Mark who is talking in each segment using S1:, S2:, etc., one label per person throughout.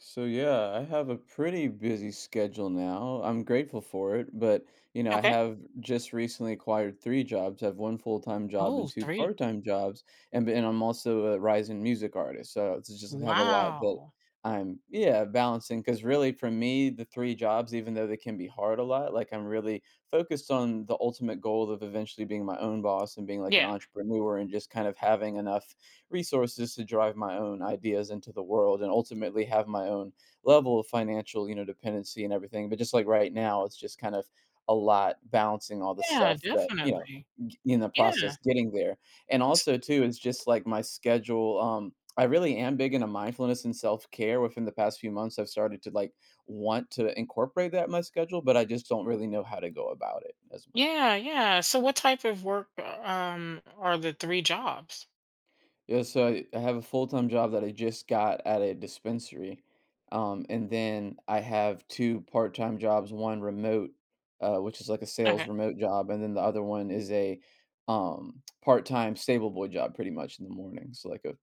S1: So yeah, I have a pretty busy schedule now. I'm grateful for it, but I
S2: Okay.
S1: have just recently acquired three jobs. I have one full-time job
S2: Oh,
S1: and two
S2: 3.
S1: part-time jobs, and I'm also a rising music artist. So it's just have a lot that
S2: Wow.
S1: I'm, yeah, balancing, because really for me, the three jobs, even though they can be hard a lot, like I'm really focused on the ultimate goal of eventually being my own boss and being like an
S2: Yeah.
S1: entrepreneur and just kind of having enough resources to drive my own ideas into the world and ultimately have my own level of financial dependency and everything. But just like right now, it's just kind of a lot balancing all the
S2: Yeah,
S1: stuff that, you know,
S2: definitely.
S1: g- in the
S2: Yeah.
S1: process getting there. And
S2: S
S1: also too, it's just like my schedule. I really am big into mindfulness and self care. Within the past few months, I've started to like want to incorporate that in my schedule, but I just don't really know how to go about it as much.
S2: Yeah, yeah. So what type of work, are the 3 jobs?
S1: Yeah, so I have a full-time job that I just got at a dispensary. And then I have two part-time jobs, one remote, which is like a sales
S2: Okay.
S1: remote job, and then the other one is a part-time stable boy job pretty much in the morning, so like a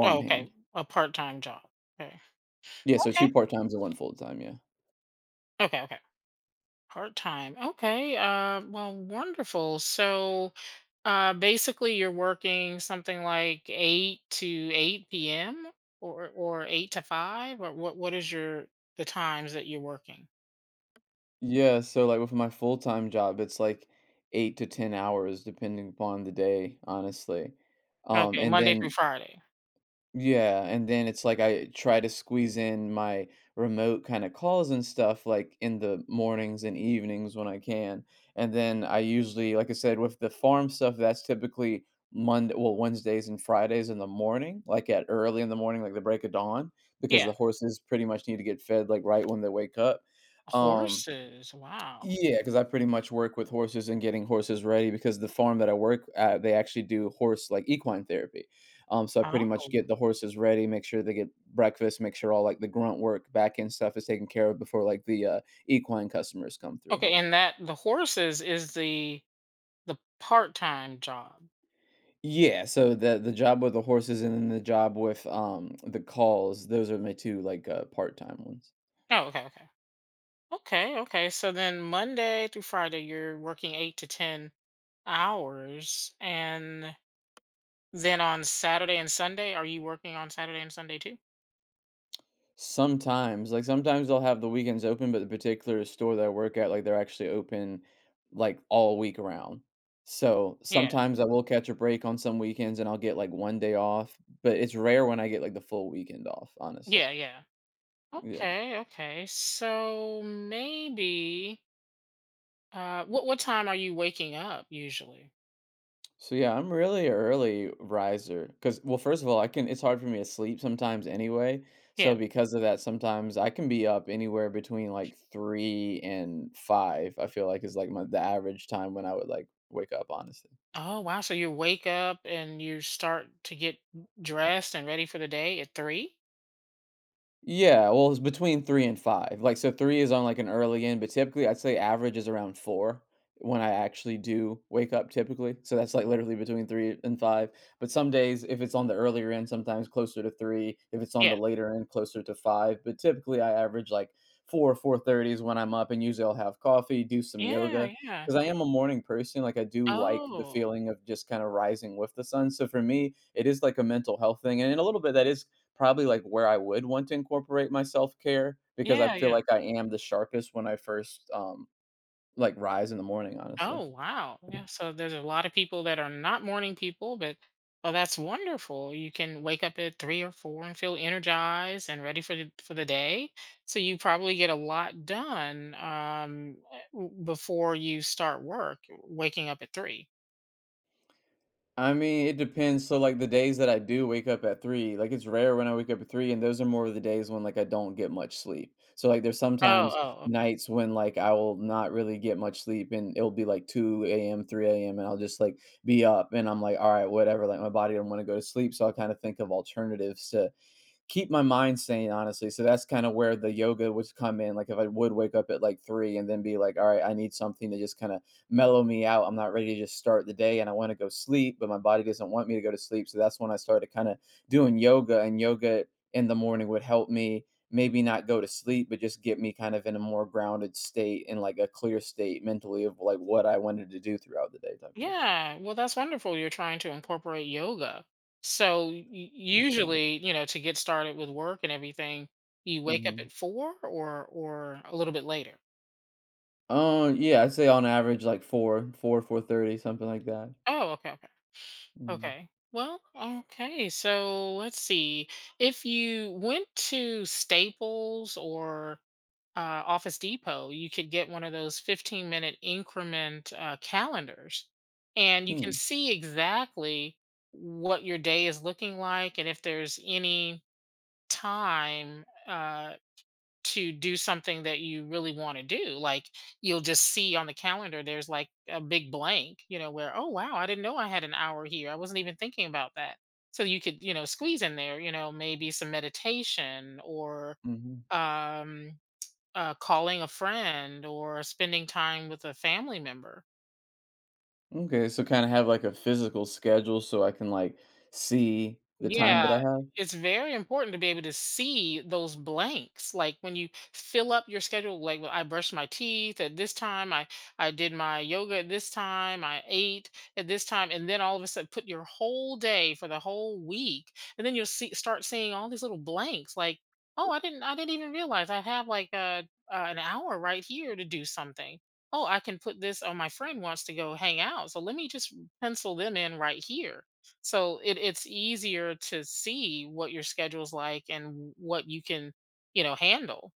S2: Oh, okay. A part-time job. Okay.
S1: Yeah, so two
S2: Okay.
S1: part-times and one full-time, yeah.
S2: Okay, okay. Part-time. Okay, well, wonderful. So, basically, you're working something like 8 to 8 PM or 8 to 5? Or what is your the times that you're working?
S1: Yeah, so like with my full-time job, it's like 8 to 10 hours depending upon the day, honestly.
S2: Okay,
S1: And
S2: Monday through
S1: then
S2: Friday.
S1: Yeah, and then it's like I try to squeeze in my remote kind of calls and stuff like in the mornings and evenings when I can. And then I usually, like I said, with the farm stuff, that's typically Wednesdays and Fridays in the morning, like at early in the morning, like the break of dawn, because
S2: Yeah.
S1: the horses pretty much need to get fed like right when they wake up. Um,
S2: Horses, wow.
S1: yeah, because I pretty much work with horses and getting horses ready, because the farm that I work at, they actually do horse like equine therapy. So I pretty much
S2: Oh,
S1: get the horses ready, make sure they get breakfast, make sure all like the grunt work, back end stuff is taken care of before like the equine customers come through.
S2: okay, and that the horses is the part-time job.
S1: Yeah, so the job with the horses and then the job with the calls, those are my two, like, part time ones.
S2: Oh, okay, okay. Okay, okay. So then Monday through Friday, you're working 8 to 10 hours, and then on Saturday and Sunday, are you working on Saturday and Sunday too?
S1: Sometimes, like sometimes they'll have the weekends open, but the particular store that I work at, like they're actually open like all week around. So
S2: Yeah.
S1: sometimes I will catch a break on some weekends and I'll get like one day off, but it's rare when I get like the full weekend off, honestly.
S2: Yeah, yeah.
S1: Yeah.
S2: Okay, okay. So maybe what time are you waking up usually?
S1: So yeah, I'm really a early riser because, well, first of all, I can it's hard for me to sleep sometimes anyway. So
S2: Yeah.
S1: because of that, sometimes I can be up anywhere between like 3 and 5, I feel like is like my the average time when I would like wake up, honestly.
S2: Oh, wow! So you wake up and you start to get dressed and ready for the day at three.
S1: Yeah, well, it's between 3 and 5. Like, so 3 is on, like, an early end, but typically I'd say average is around 4 when I actually do wake up typically. So that's, like, literally between 3 and 5. But some days, if it's on the earlier end, sometimes closer to 3. If it's on
S2: Yeah.
S1: the later end, closer to 5. But typically I average, like, 4, 4:30 is when I'm up, and usually I'll have coffee, do some yoga,
S2: Yeah. Yeah.
S1: because I am a morning person. Like, I do like the
S2: Oh.
S1: feeling of just kinda rising with the sun. So for me, it is like a mental health thing, and in a little bit that is probably, like, where I would want to incorporate my self-care, because I
S2: Yeah.
S1: feel
S2: Yeah.
S1: like I am the sharpest when I first, like, rise in the morning, honestly.
S2: Oh, wow. Yeah. So there's a lot of people that are not morning people, but well, that's wonderful. You can wake up at three or four and feel energized and ready for the day. So you probably get a lot done before you start work. Waking up at three.
S1: I mean, it depends. So, like, the days that I do wake up at three, like, it's rare when I wake up at three, and those are more of the days when, like, I don't get much sleep. So, like, there's sometimes
S2: Oh. Oh.
S1: nights when, like, I will not really get much sleep, and it'll be like 2 a.m., 3 a.m., and I'll just, like, be up, and I'm like, all right, whatever. Like, my body do not want to go to sleep. So, I kind of think of alternatives to keep my mind sane, honestly. So that's kind of where the yoga would come in. Like if I would wake up at like three and then be like, all right, I need something to just kind of mellow me out. I'm not ready to just start the day and I want to go sleep, but my body doesn't want me to go to sleep. So that's when I started kind of doing yoga, and yoga in the morning would help me maybe not go to sleep, but just get me kind of in a more grounded state and like a clear state mentally of like what I wanted to do throughout the day type thing.
S2: Yeah, well, that's wonderful. You're trying to incorporate yoga. So
S1: For sure.
S2: usually, you know, to get started with work and everything, you wake up
S1: Mm-hmm.
S2: at four or a little bit later.
S1: Yeah, I'd say on average like 4, 4, 4:30, something like that.
S2: Oh, okay, okay,
S1: Mm.
S2: okay. Well, okay. So let's see. If you went to Staples or Office Depot, you could get one of those 15-minute increment calendars and you can
S1: Hmm.
S2: see exactly what your day is looking like and if there's any time to do something that you really want to do. Like you'll just see on the calendar, there's like a big blank, you know, where, oh, wow, I didn't know I had an hour here. I wasn't even thinking about that. So you could, you know, squeeze in there, you know, maybe some meditation or,
S1: Mhm.
S2: um calling a friend or spending time with a family member.
S1: Okay, so kinda have, like, a physical schedule so I can, like, see the time that I
S2: Yeah,
S1: have?
S2: it's very important to be able to see those blanks. Like when you fill up your schedule, like well, I brushed my teeth at this time, I did my yoga at this time, I ate at this time, and then all of a sudden put your whole day for the whole week, and then you'll see start seeing all these little blanks. Like, oh, I didn't even realize I have like an hour right here to do something. Oh, I can put this. Oh, my friend wants to go hang out, so let me just pencil them in right here so it's easier to see what your schedule's like and what you can, you know, handle.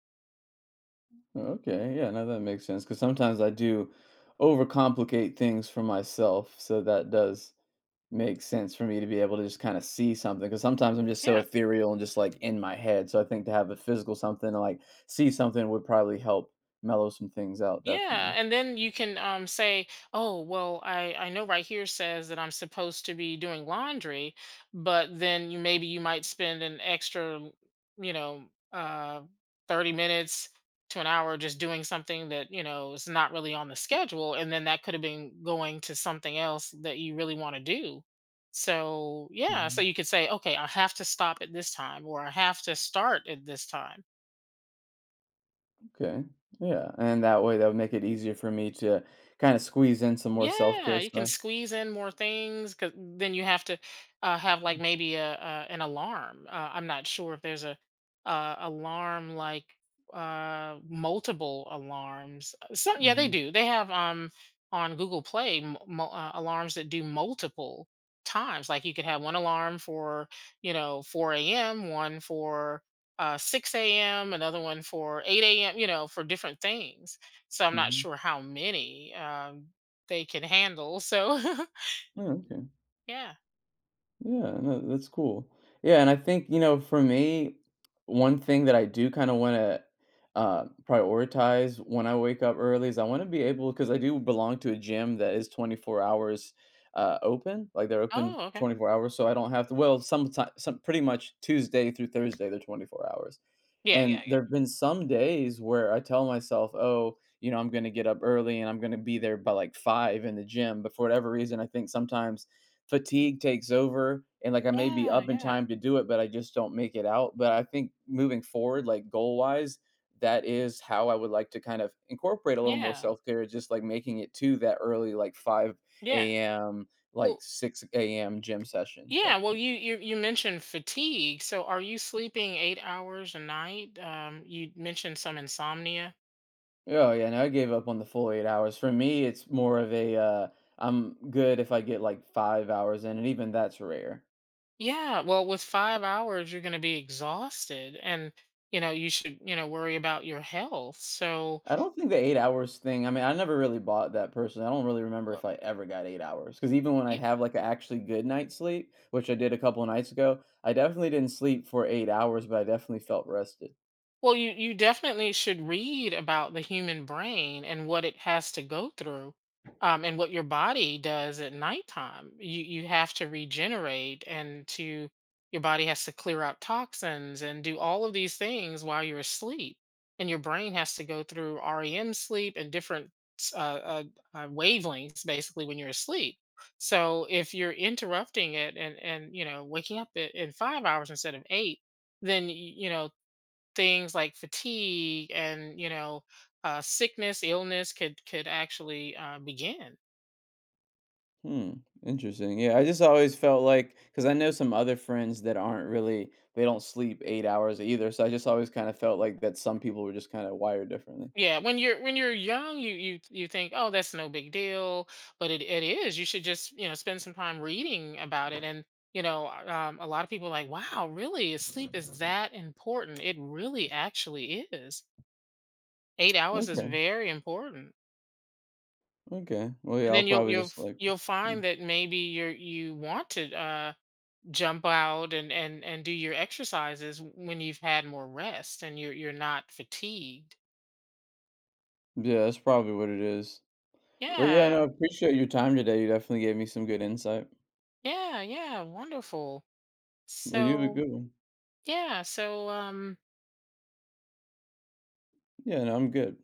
S1: Oh, okay, yeah, no, that makes sense. Because sometimes I do overcomplicate things for myself, so that does make sense for me to be able to just kinda see something. Because sometimes I'm just so
S2: Yeah.
S1: ethereal and just, like, in my head, so I think to have a physical something to, like, see something would probably help mellow some things out, definitely.
S2: Yeah, and then you can say, "Oh, well, I know right here says that I'm supposed to be doing laundry, but then you maybe you might spend an extra, you know, 30 minutes to an hour just doing something that, you know, is not really on the schedule, and then that could have been going to something else that you really want to do." So, yeah, so
S1: Mhm.
S2: you could say, "Okay, I have to stop at this time, or I have to start at this time."
S1: Okay. Yeah, and that way, that would make it easier for me to kinda squeeze in some more self-care
S2: Yeah, you can
S1: stuff.
S2: squeeze in more things because then you have to have like maybe a an alarm. I'm not sure if there's a alarm like multiple alarms. Some yeah, they
S1: Mhm,
S2: do. They have on Google Play alarms that do multiple times. Like you could have one alarm for, you know, 4 a.m., one for 6 a.m., another one for 8 a.m. You know, for different things, so I'm not
S1: mhm.
S2: sure how many. They can handle, so
S1: Yeah, okay.
S2: yeah.
S1: Yeah, no, that's cool. Yeah, and I think, for me, one thing that I do kinda wanna, prioritize when I wake up early is I wanna be able, because I do belong to a gym that is 24 hours, open, like, they're open
S2: Oh, okay.
S1: 24 hours, so I don't have to, well, some pretty much Tuesday through Thursday, they're 24 hours.
S2: Yeah, yeah,
S1: And
S2: yeah.
S1: there've been some days where I tell myself, "Oh, I'm gonna get up early and I'm gonna be there by like 5 in the gym," but for whatever reason, I think sometimes fatigue takes over and like I may be
S2: Yeah,
S1: up in
S2: yeah,
S1: time to do it, but I just don't make it out. But I think moving forward, like goal wise, that is how I would like to kind of incorporate a little more
S2: yeah,
S1: self care, just like making it to that early, like
S2: yeah.
S1: 5 a.m., like
S2: Well,
S1: 6 a.m. gym session
S2: yeah,
S1: type
S2: well,
S1: thing.
S2: you mentioned fatigue, so are you sleeping 8 hours a night? You mentioned some insomnia.
S1: Oh, yeah, no, I gave up on the full 8 hours. For me, it's more of a, I'm good if I get, like, 5 hours in, and even that's rare.
S2: Yeah, well, with 5 hours, you're gonna be exhausted, and, you know, you should, you know, worry about your health, so,
S1: I don't think the 8 hours thing, I mean, I never really bought that personally. I don't really remember
S2: well,
S1: if I ever got 8 hours, because even when I
S2: ye
S1: have, like, an actually good night's sleep, which I did a couple nights ago, I definitely didn't sleep for 8 hours, but I definitely felt rested.
S2: well, you definitely should read about the human brain and what it has to go through, and what your body does at nighttime. You have to regenerate and to your body has to clear out toxins and do all of these things while you're asleep, and your brain has to go through REM sleep and different s- uh, uh, wavelengths basically when you're asleep. So if you're interrupting it and you know waking up at, in 5 hours instead of eight, then you know, things like fatigue, and you know, sickness illness could actually begin.
S1: Hmm, interesting. Yeah, I just always felt like, because I know some other friends that aren't really they don't sleep 8 hours either. So I just always kind of felt like that some people were just kind of wired differently.
S2: Yeah, when you're young, you think, oh, that's no big deal, but it is. You should just, you know, spend some time reading about it, and you know, a lot of people are like, wow, really is sleep is that important. It really actually is. 8 hours is
S1: Okay,
S2: very important,
S1: okay. Well, yeah,
S2: and
S1: I'll
S2: then
S1: probably just like
S2: you'll find that maybe you're you want to jump out and and do your exercises when you've had more rest and you're not fatigued.
S1: yeah, that's probably what it is. But yeah,
S2: Yeah.
S1: no, I appreciate your time today. You definitely gave me some good insight.
S2: Yeah, yeah, wonderful.
S1: Well, you have a
S2: So,
S1: good one.
S2: yeah, so
S1: Yeah, no, I'm good.